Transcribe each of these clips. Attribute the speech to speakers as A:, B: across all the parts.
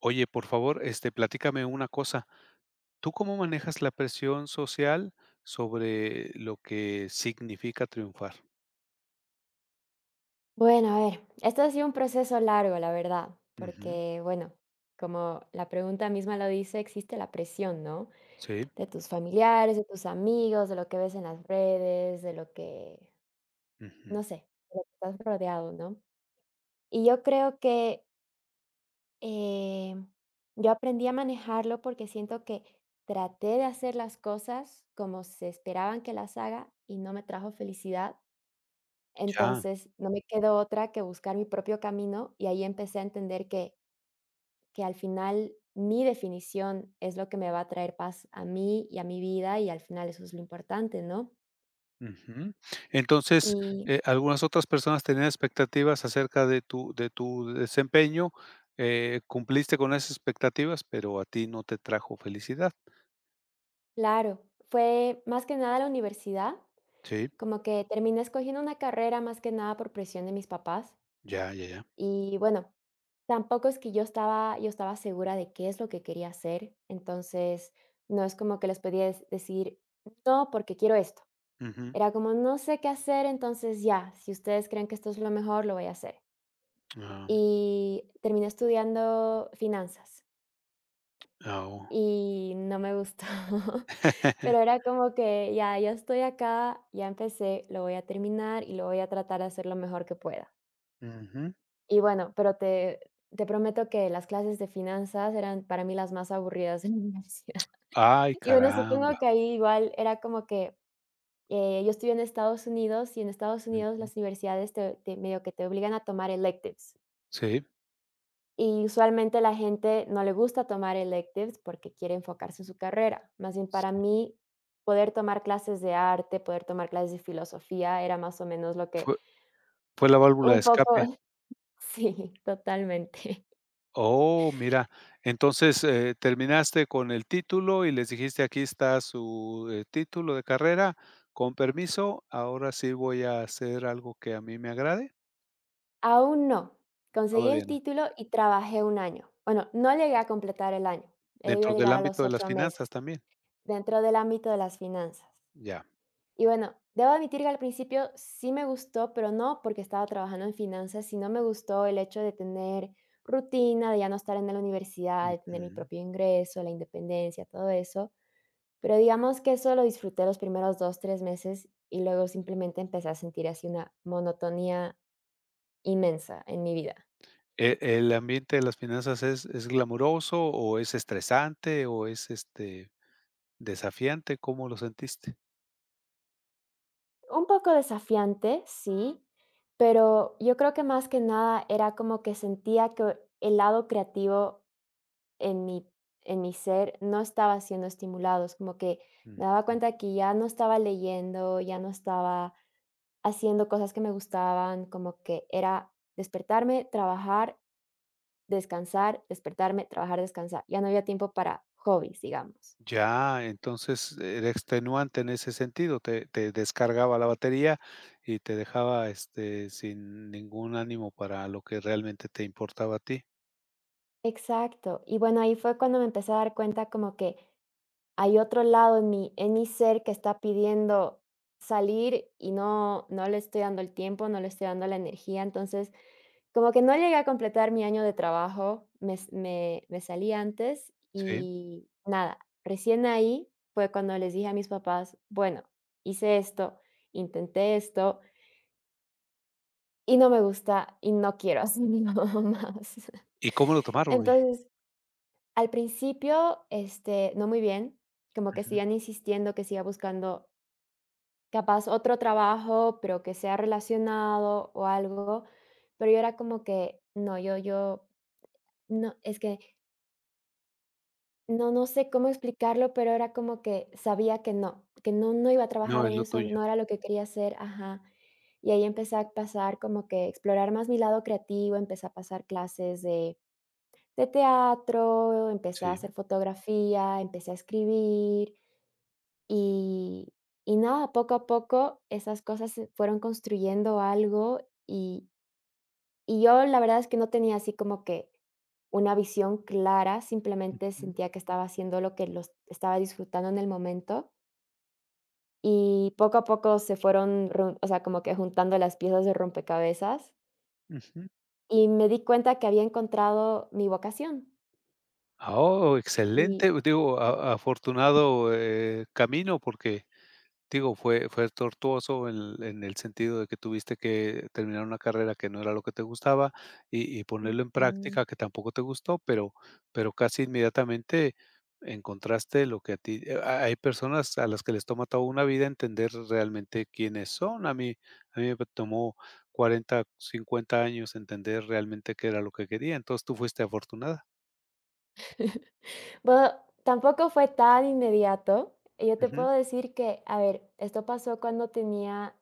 A: Oye, por favor, platícame una cosa. ¿Tú cómo manejas la presión social sobre lo que significa triunfar?
B: Bueno, a ver, esto ha sido un proceso largo, la verdad,
A: Ujú,
B: porque, bueno, como la pregunta misma lo dice, existe la presión, ¿no?
A: sí,
B: De tus familiares, de tus amigos, de lo que ves en las redes, de lo que,
A: ujú,
B: no sé, de lo que estás rodeado, ¿no? Y yo creo que eh, yo aprendí a manejarlo porque siento que traté de hacer las cosas como se esperaban que las haga y no me trajo felicidad.
A: ya,
B: Entonces, no me quedó otra que buscar mi propio camino, y ahí empecé a entender que al final mi definición es lo que me va a traer paz a mí y a mi vida, y al final eso es lo importante, ¿no?
A: ujú. Entonces,
B: Y
A: algunas otras personas tenían expectativas acerca de tu desempeño, cumpliste con esas expectativas, pero a ti no te trajo felicidad.
B: claro, fue más que nada la universidad,
A: Sí,
B: como que terminé escogiendo una carrera más que nada por presión de mis papás,
A: ya, ya, ya.
B: y bueno, tampoco es que yo estaba segura de qué es lo que quería hacer, entonces, no es como que les podía decir: "No, porque quiero esto".
A: Ujú,
B: Era como, no sé qué hacer, entonces ya, si ustedes creen que esto es lo mejor, lo voy a hacer.
A: ah,
B: Y terminé estudiando finanzas
A: ah, oh.
B: y no me gustó, pero era como que ya, ya estoy acá, ya empecé, lo voy a terminar y lo voy a tratar de hacer lo mejor que pueda.
A: Ujú.
B: Y bueno, pero te prometo que las clases de finanzas eran para mí las más aburridas en la universidad.
A: Ay,
B: Y bueno,
A: caramba.
B: supongo que ahí igual era como que, eh, yo estudié en Estados Unidos y en Estados Unidos
A: Ujú.
B: las universidades te medio que te obligan a tomar electives,
A: Sí,
B: y usualmente la gente no le gusta tomar electives porque quiere enfocarse en su carrera. Más bien para
A: sí.
B: mí, poder tomar clases de arte, poder tomar clases de filosofía era más o menos lo que
A: Fue fue la válvula de
B: un poco.
A: escape.
B: Sí, totalmente.
A: Oh, mira. Entonces, terminaste con el título y les dijiste: "Aquí está su, título de carrera, con permiso, ahora sí voy a hacer algo que a mí me agrade".
B: Aún no. Conseguí el
A: Todavía no.
B: título y trabajé un año. Bueno, no llegué a completar el año, iba a
A: Dentro del
B: llegar a los
A: ámbito de las
B: 8
A: finanzas
B: meses,
A: también.
B: dentro del ámbito de las finanzas.
A: Ya.
B: Y bueno, debo admitir que al principio sí me gustó, pero no porque estaba trabajando en finanzas, sino me gustó el hecho de tener rutina, de ya no estar en la universidad, de tener mi
A: Ujú.
B: propio ingreso, la independencia, todo eso. Pero digamos que eso lo disfruté los primeros 2, 3 meses y luego simplemente empecé a sentir así una monotonía inmensa en mi vida.
A: ¿El ambiente de las finanzas es glamuroso o es estresante o es, desafiante? ¿Cómo lo sentiste?
B: Un poco desafiante, sí, pero yo creo que más que nada era como que sentía que el lado creativo en mi en mi ser no estaba siendo estimulados, como que
A: Mm,
B: me daba
A: mm.
B: cuenta que ya no estaba leyendo, ya no estaba haciendo cosas que me gustaban, como que era despertarme, trabajar, descansar, despertarme, trabajar, descansar. Ya no había tiempo para hobbies, digamos.
A: Ya, entonces era extenuante en ese sentido, te descargaba la batería y te dejaba, sin ningún ánimo para lo que realmente te importaba a ti.
B: Exacto. Y bueno, ahí fue cuando me empecé a dar cuenta como que hay otro lado en mi ser que está pidiendo salir y no le estoy dando el tiempo, no le estoy dando la energía. Entonces como que no llegué a completar mi año de trabajo, me s me me salí antes
A: Sí.
B: y nada, recién ahí fue cuando les dije a mis papás: "Bueno, hice esto, intenté esto y no me gusta y no quiero hacerlo más".
A: ¿Y cómo lo tomaron, oye?
B: Entonces, al principio, este, no muy bien, como que
A: Ujú.
B: sigan insistiendo que siga buscando capaz otro trabajo, pero que sea relacionado o algo, pero yo era como que: "No, yo no, es que no, no sé cómo explicarlo, pero era como que sabía que no, que no iba a
A: No
B: trabajar en
A: es lo
B: eso,
A: tuyo.
B: no era lo que quería hacer, ajá. Y ahí empecé a pasar como que explorar más mi lado creativo, empecé a pasar clases de teatro, empecé a
A: Sí.
B: hacer fotografía, empecé a escribir, y y nada, poco a poco esas cosas se fueron construyendo algo y y yo la verdad es que no tenía así como que una visión clara, simplemente
A: Ujú,
B: sentía que estaba haciendo lo que los estaba disfrutando en el momento y poco a poco se fueron, o sea, como que juntando las piezas de rompecabezas
A: ujú.
B: y me di cuenta que había encontrado mi vocación.
A: Ah, oh,
B: Y
A: excelente. Digo, a afortunado, camino, porque digo, fue tortuoso en el sentido de que tuviste que terminar una carrera que no era lo que te gustaba y ponerlo en
B: mm,
A: práctica que tampoco te gustó, pero casi inmediatamente encontraste lo que a ti ha hay personas a las que les toma toda una vida entender realmente quiénes son. A mí me tomó 40 50 años entender realmente qué era lo que quería, entonces tú fuiste afortunada.
B: bueno, tampoco fue tan inmediato. Yo te
A: Ujú,
B: puedo decir que, a ver, esto pasó cuando tenía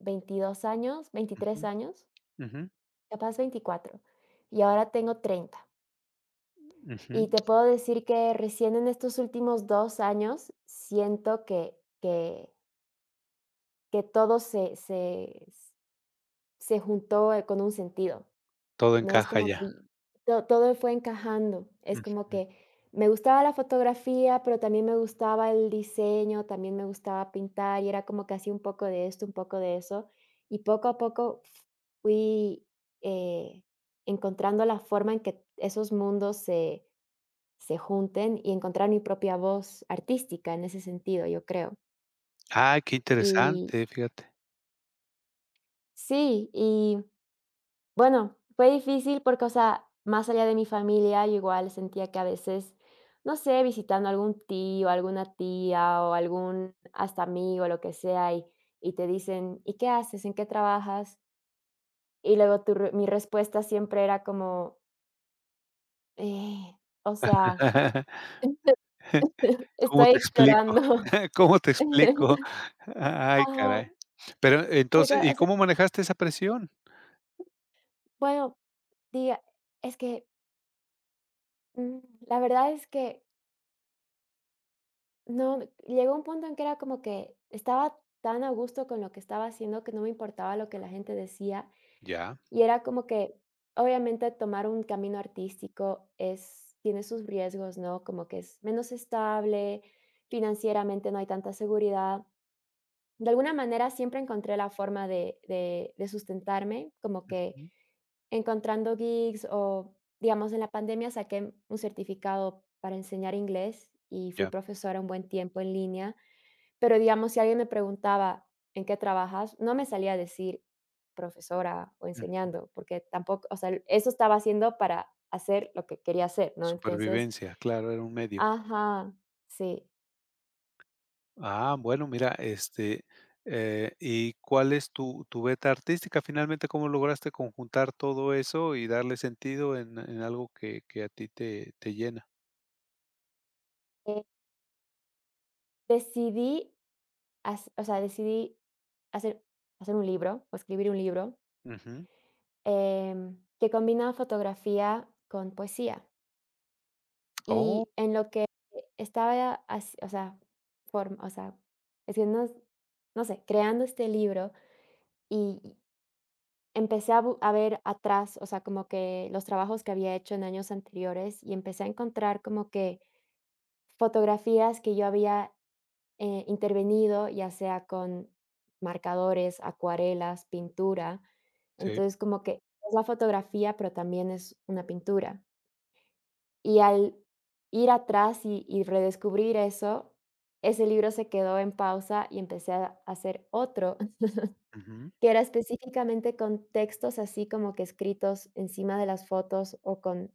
B: 22 años,
A: ujú,
B: 23 años,
A: ujú,
B: capaz 24 y ahora tengo 30. Y
A: ujú.
B: te puedo decir que recién en estos últimos 2 años siento que que que todo se juntó, con un sentido,
A: Todo
B: ¿no? Es
A: encaja
B: como
A: ya.
B: que to todo fue encajando. Es como
A: Ujú.
B: que me gustaba la fotografía, pero también me gustaba el diseño, también me gustaba pintar, y era como que hacía un poco de esto, un poco de eso, y poco a poco fui, eh, encontrando la forma en que esos mundos se junten y encontrar mi propia voz artística en ese sentido, yo creo.
A: Ay, qué
B: Y
A: interesante, fíjate.
B: sí, y bueno, fue difícil porque, o sea, más allá de mi familia, yo igual sentía que a veces, no sé, visitando algún tío, alguna tía o algún hasta amigo, lo que sea, y te dicen, ¿y qué haces? ¿En qué trabajas? Y luego mi respuesta siempre era como, "Eh, o sea,
A: Ajá. ¿Cómo
B: estoy
A: te explico?
B: explorando".
A: ¿Cómo te explico? Ay,
B: Ajá,
A: caray. Pero
B: porque,
A: entonces, ¿y
B: o sea,
A: cómo manejaste esa presión?
B: bueno, diga, es que, mm, la verdad es que no, llegó un punto en que era como que estaba tan a gusto con lo que estaba haciendo que no me importaba lo que la gente decía,
A: Ya,
B: y era como que, obviamente, tomar un camino artístico es tiene sus riesgos, ¿no? Como que es menos estable, financieramente no hay tanta seguridad. De alguna manera siempre encontré la forma de sustentarme, como que
A: mm,
B: encontrando gigs o, digamos, en la pandemia saqué un certificado para enseñar inglés y fui
A: ya,
B: profesora un buen tiempo en línea, pero, digamos, si alguien me preguntaba: "¿En qué trabajas?", no me salía a decir profesora o
A: mm,
B: enseñando, porque tampoco, o sea, eso estaba haciendo para hacer lo que quería hacer, ¿no? Entonces
A: supervivencia, claro, era un medio.
B: ajá, sí.
A: Ah, bueno, mira, ¿y cuál es tu beta artística? Finalmente, ¿cómo lograste conjuntar todo eso y darle sentido en algo que a ti te llena?
B: Eh, Decidí hac o sea, decidí hacer hacer un libro o escribir un libro
A: Ujú.
B: que combinaba fotografía con poesía.
A: Oh,
B: Y en lo que estaba, o sea, o sea, es que no, no sé, creando este libro y empecé a, a ver atrás, o sea, como que los trabajos que había hecho en años anteriores y empecé a encontrar como que fotografías que yo había intervenido, ya sea con marcadores, acuarelas, pintura.
A: sí,
B: Entonces, como que es la fotografía, pero también es una pintura. Y al ir atrás y redescubrir eso, ese libro se quedó en pausa y empecé a hacer otro, que era específicamente con textos así como que escritos encima de las fotos o con,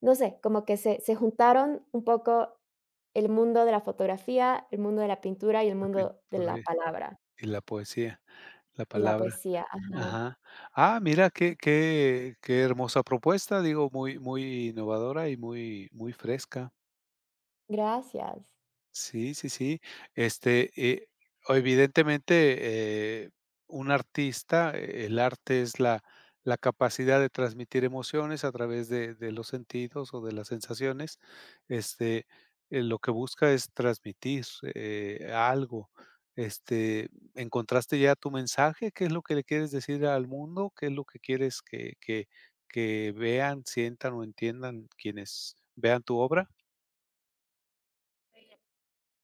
B: no sé, como que se juntaron un poco el mundo de la fotografía, el mundo de la pintura y el
A: la
B: mundo de la
A: pintura y
B: palabra
A: la poesía, la
B: y la
A: palabra.
B: poesía. Ajá,
A: Ajá. Ah, mira, qué hermosa propuesta, digo, muy innovadora y muy fresca.
B: gracias.
A: Sí, sí, sí. Este, eh, o evidentemente, un artista, el arte es la capacidad de transmitir emociones a través de los sentidos o de las sensaciones. Este, lo que busca es transmitir, algo. ¿Encontraste ya tu mensaje? ¿Qué es lo que le quieres decir al mundo? ¿Qué es lo que quieres que vean, sientan o entiendan quienes vean tu obra?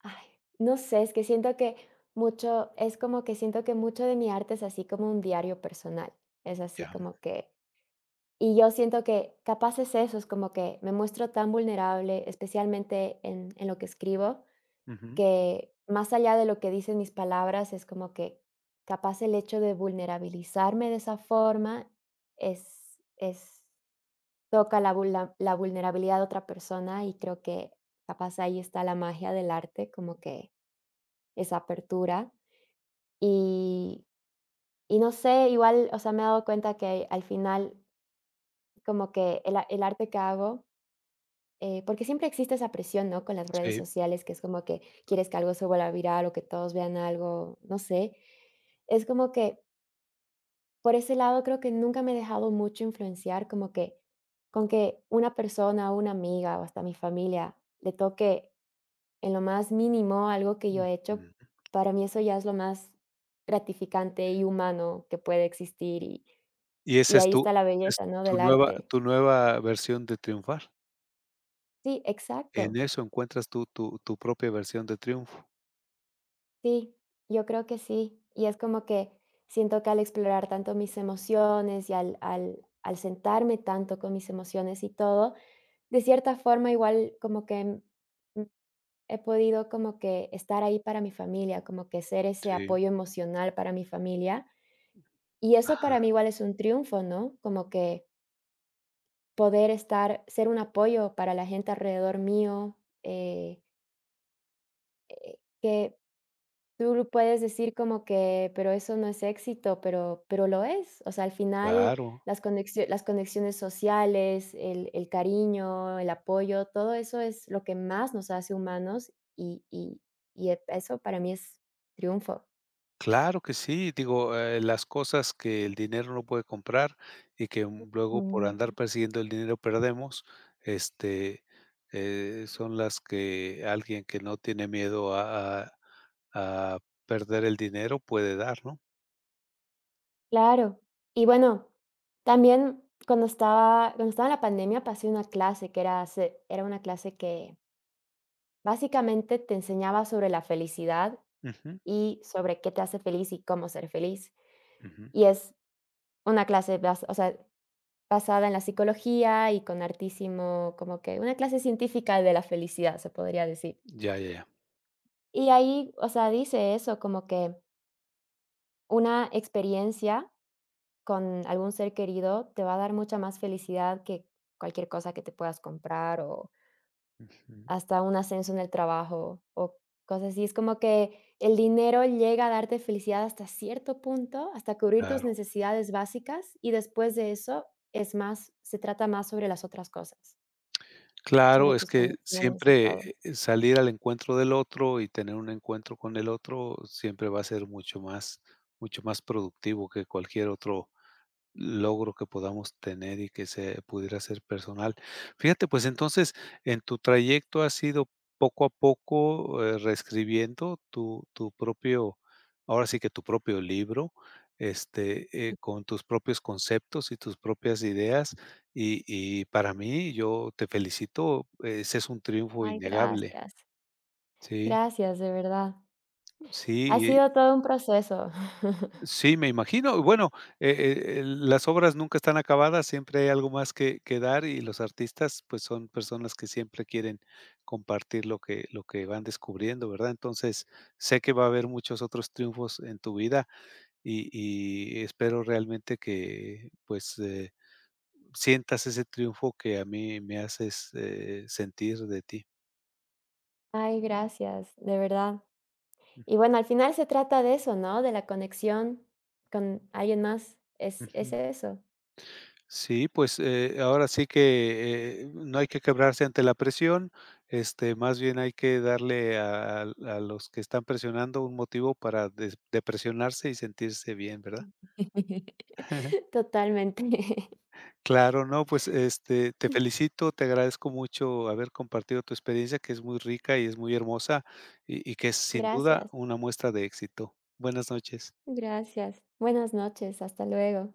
B: Ay, no sé, es que siento que mucho, es como que siento que mucho de mi arte es así como un diario personal, es así
A: Ya.
B: como que, y yo siento que capaz es eso, es como que me muestro tan vulnerable, especialmente en lo que escribo,
A: Ujú.
B: que más allá de lo que dicen mis palabras, es como que capaz el hecho de vulnerabilizarme de esa forma es, toca la, la vulnerabilidad de otra persona y creo que capaz ahí está la magia del arte, como que esa apertura. Y y no sé, igual, o sea, me he dado cuenta que al final como que el arte que hago, porque siempre existe esa presión, ¿no?, con las redes
A: Sí.
B: sociales, que es como que quieres que algo se vuelva viral o que todos vean algo, no sé. Es como que por ese lado creo que nunca me he dejado mucho influenciar, como que con que una persona, una amiga o hasta mi familia le toque en lo más mínimo, algo que yo
A: Ujú.
B: he hecho, para mí eso ya es lo más gratificante y humano que puede existir, y
A: Y
B: y
A: esa es
B: ahí está la
A: es
B: belleza, ¿no?,
A: tu
B: del
A: nueva
B: arte.
A: versión de triunfar.
B: Sí,
A: En
B: exacto.
A: eso encuentras tú tu propia versión de triunfo.
B: Sí, yo creo que sí. Y es como que siento que al explorar tanto mis emociones y al sentarme tanto con mis emociones y todo, de cierta forma igual como que, mm, he podido como que estar ahí para mi familia, como que ser ese
A: Sí.
B: apoyo emocional para mi familia. Y eso para
A: Ajá,
B: mí igual es un triunfo, ¿no? Como que poder estar, ser un apoyo para la gente alrededor mío, eh, que tú lo puedes decir como que, pero eso no es éxito, pero lo es. O sea, al final
A: claro.
B: las conexiones sociales, el cariño, el apoyo, todo eso es lo que más nos hace humanos y eso para mí es triunfo.
A: Claro que sí. Digo, las cosas que el dinero no puede comprar y que, luego por andar
B: Mm.
A: persiguiendo el dinero perdemos, este, son las que alguien que no tiene miedo a perder el dinero puede dar, ¿no?
B: Claro. Y bueno, también cuando estaba en la pandemia pasé una clase que era una clase que básicamente te enseñaba sobre la felicidad
A: Ujú,
B: y sobre qué te hace feliz y cómo ser feliz.
A: ujú.
B: Y es una clase bas o sea, basada en la psicología y con artísimo como que una clase científica de la felicidad, se podría decir.
A: Ya, ya, ya.
B: Y ahí, o sea, dice eso, como que una experiencia con algún ser querido, te va a dar mucha más felicidad que cualquier cosa que te puedas comprar, o
A: Ujú,
B: hasta un ascenso en el trabajo, o cosas así. Es como que el dinero llega a darte felicidad hasta cierto punto, hasta cubrir tus
A: claro.
B: necesidades básicas, y después de eso es más se trata más sobre las otras cosas, sobre
A: Claro, es
B: tus
A: que
B: conexiones y
A: siempre,
B: todo.
A: salir al encuentro del otro y tener un encuentro con el otro siempre va a ser mucho más productivo que cualquier otro logro que podamos tener y que se pudiera ser personal. Fíjate, pues entonces, en tu trayecto has ido poco a poco reescribiendo tu propio, ahora sí que tu propio libro, con tus propios conceptos y tus propias ideas. Y para mí, yo te felicito, ese es un triunfo
B: Ay,
A: innegable.
B: gracias.
A: Sí,
B: Gracias, de verdad. Ha
A: sí,
B: sido todo un proceso.
A: sí, me imagino. Bueno, las obras nunca están acabadas, siempre hay algo más que dar y los artistas pues son personas que siempre quieren compartir lo que van descubriendo, ¿verdad? Entonces, sé que va a haber muchos otros triunfos en tu vida y espero realmente que pues sientas ese triunfo que a mí me haces sentir de ti.
B: Ay, gracias, de verdad. Y bueno, al final se trata de eso, ¿no? De la conexión con alguien más. Es
A: Ujú.
B: eso.
A: Sí, pues, ahora sí que, no hay que quebrarse ante la presión, más bien hay que darle a los que están presionando un motivo para des depresionarse y sentirse bien, ¿verdad?
B: Totalmente.
A: Claro, no, pues, te felicito, te agradezco mucho haber compartido tu experiencia, que es muy rica y es muy hermosa, y que es sin duda
B: Gracias,
A: una muestra de éxito. Buenas noches.
B: gracias. Buenas noches, hasta luego.